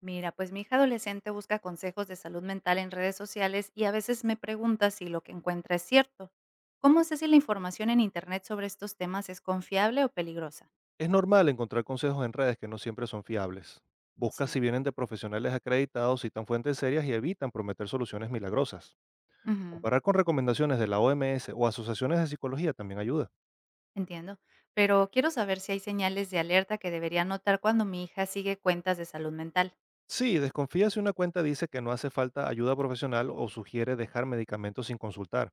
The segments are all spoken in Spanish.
Mira, pues mi hija adolescente busca consejos de salud mental en redes sociales y a veces me pregunta si lo que encuentra es cierto. ¿Cómo sé si la información en Internet sobre estos temas es confiable o peligrosa? Es normal encontrar consejos en redes que no siempre son fiables. Busca Sí. si vienen de profesionales acreditados, citan fuentes serias y evitan prometer soluciones milagrosas. Ujú, Comparar con recomendaciones de la OMS o asociaciones de psicología también ayuda. entiendo. Pero quiero saber si hay señales de alerta que debería notar cuando mi hija sigue cuentas de salud mental. Sí, desconfía si una cuenta dice que no hace falta ayuda profesional o sugiere dejar medicamentos sin consultar.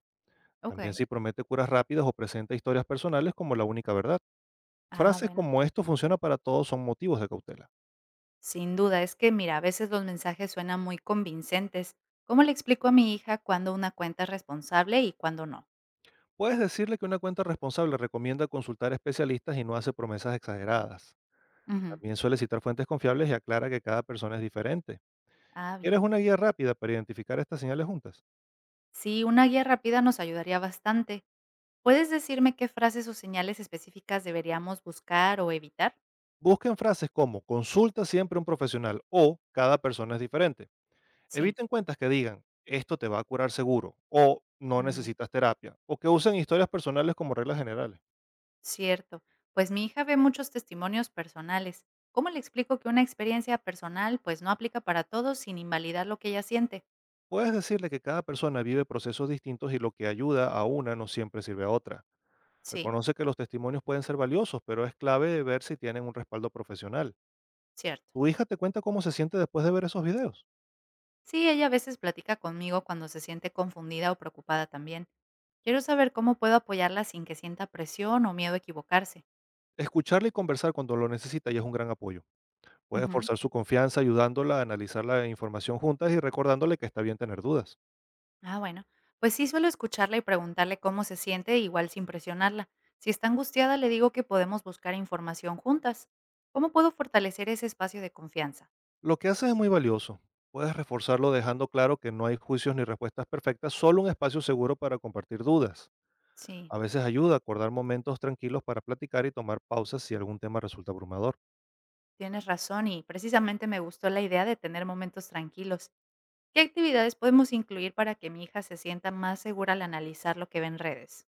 También Ok. si promete curas rápidas o presenta historias personales como la única verdad. Ah, Frases bueno. como esto funciona para todos son motivos de cautela. Sin duda, es que mira, a veces los mensajes suenan muy convincentes. ¿Cómo le explico a mi hija cuándo una cuenta es responsable y cuándo no? Puedes decirle que una cuenta responsable recomienda consultar especialistas y no hace promesas exageradas. Ujú. También suele citar fuentes confiables y aclara que cada persona es diferente. Ah, bien. ¿Quieres una guía rápida para identificar estas señales juntas? Sí, una guía rápida nos ayudaría bastante. ¿Puedes decirme qué frases o señales específicas deberíamos buscar o evitar? Busquen frases como consulta siempre a un profesional o cada persona es diferente. Sí. Eviten cuentas que digan esto te va a curar seguro o no Mm, necesitas terapia o que usen historias personales como reglas generales. Cierto. Pues mi hija ve muchos testimonios personales. ¿Cómo le explico que una experiencia personal pues no aplica para todos sin invalidar lo que ella siente? Puedes decirle que cada persona vive procesos distintos y lo que ayuda a una no siempre sirve a otra. Sí, Reconoce que los testimonios pueden ser valiosos, pero es clave ver si tienen un respaldo profesional. cierto. ¿Tu hija te cuenta cómo se siente después de ver esos videos? Sí, ella a veces platica conmigo cuando se siente confundida o preocupada también. Quiero saber cómo puedo apoyarla sin que sienta presión o miedo a equivocarse. Escucharla y conversar cuando lo necesita ya es un gran apoyo. Puedes Ujú. forzar su confianza ayudándola a analizar la información juntas y recordándole que está bien tener dudas. Ah, bueno. Pues sí, suelo escucharla y preguntarle cómo se siente, igual sin presionarla. Si está angustiada, le digo que podemos buscar información juntas. ¿Cómo puedo fortalecer ese espacio de confianza? Lo que haces es muy valioso. Puedes reforzarlo dejando claro que no hay juicios ni respuestas perfectas, solo un espacio seguro para compartir dudas. Sí, A veces ayuda a acordar momentos tranquilos para platicar y tomar pausas si algún tema resulta abrumador. tienes razón y precisamente me gustó la idea de tener momentos tranquilos. ¿Qué actividades podemos incluir para que mi hija se sienta más segura al analizar lo que ve en redes?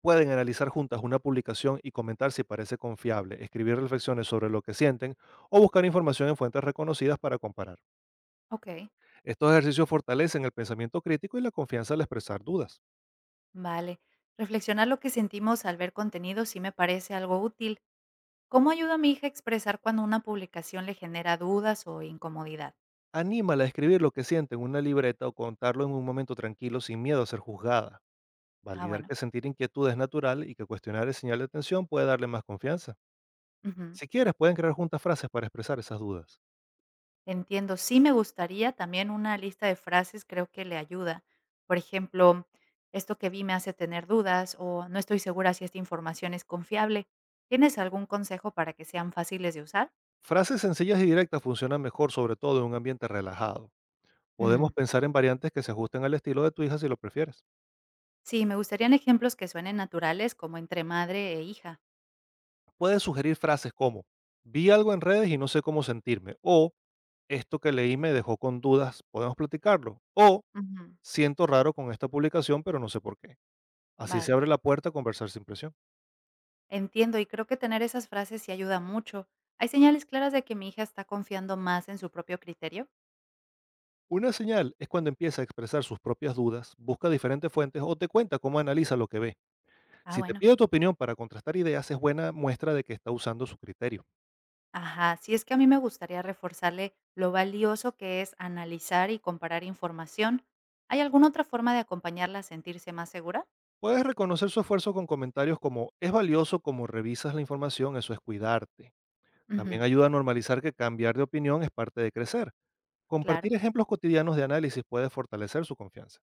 Pueden analizar juntas una publicación y comentar si parece confiable, escribir reflexiones sobre lo que sienten o buscar información en fuentes reconocidas para comparar. Ok, Estos ejercicios fortalecen el pensamiento crítico y la confianza al expresar dudas. vale. Reflexionar lo que sentimos al ver contenido sí me parece algo útil. ¿Cómo ayuda a mi hija a expresar cuando una publicación le genera dudas o incomodidad? Anímala a escribir lo que siente en una libreta o contarlo en un momento tranquilo sin miedo a ser juzgada. Ah, Validar bueno. que sentir inquietud es natural y que cuestionar es señal de atención puede darle más confianza. Ujú. Si quieres, pueden crear juntas frases para expresar esas dudas. Entiendo. Sí me gustaría también una lista de frases, creo que le ayuda. Por ejemplo, esto que vi me hace tener dudas o no estoy segura si esta información es confiable. ¿Tienes algún consejo para que sean fáciles de usar? Frases sencillas y directas funcionan mejor, sobre todo en un ambiente relajado. Mm, Podemos pensar en variantes que se ajusten al estilo de tu hija si lo prefieres. Sí, me gustarían ejemplos que suenen naturales, como entre madre e hija. Puedes sugerir frases como, vi algo en redes y no sé cómo sentirme, o esto que leí me dejó con dudas, ¿podemos platicarlo? O Ujú. siento raro con esta publicación, pero no sé por qué. Así se Vale, abre la puerta a conversar sin presión. entiendo y creo que tener esas frases sí ayuda mucho. ¿Hay señales claras de que mi hija está confiando más en su propio criterio? Una señal es cuando empieza a expresar sus propias dudas, busca diferentes fuentes o te cuenta cómo analiza lo que ve. Ah, Si te bueno. pide tu opinión para contrastar ideas, es buena muestra de que está usando su criterio. Ajá, sí, es que a mí me gustaría reforzarle lo valioso que es analizar y comparar información. ¿Hay alguna otra forma de acompañarla a sentirse más segura? Puedes reconocer su esfuerzo con comentarios como es valioso como revisas la información, eso es cuidarte. También Ujú, ayuda a normalizar que cambiar de opinión es parte de crecer. Compartir claro. ejemplos cotidianos de análisis puede fortalecer su confianza.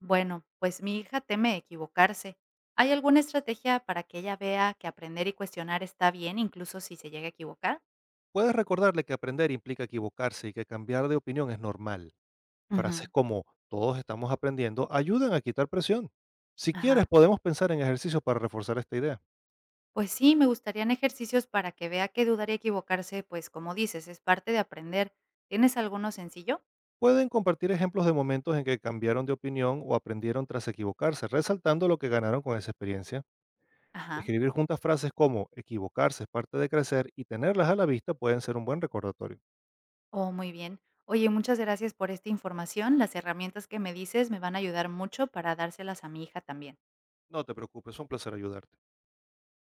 Bueno, pues mi hija teme equivocarse. ¿Hay alguna estrategia para que ella vea que aprender y cuestionar está bien, incluso si se llega a equivocar? Puedes recordarle que aprender implica equivocarse y que cambiar de opinión es normal. Frases Ujú. como todos estamos aprendiendo ayudan a quitar presión. Si quieres, Ajá. podemos pensar en ejercicios para reforzar esta idea. Pues sí, me gustarían ejercicios para que vea que dudar y equivocarse, pues como dices, es parte de aprender. ¿Tienes alguno sencillo? Pueden compartir ejemplos de momentos en que cambiaron de opinión o aprendieron tras equivocarse, resaltando lo que ganaron con esa experiencia. Ajá. Escribir juntas frases como equivocarse es parte de crecer y tenerlas a la vista pueden ser un buen recordatorio. Oh, muy bien. Oye, muchas gracias por esta información. Las herramientas que me dices me van a ayudar mucho para dárselas a mi hija también. No te preocupes, es un placer ayudarte.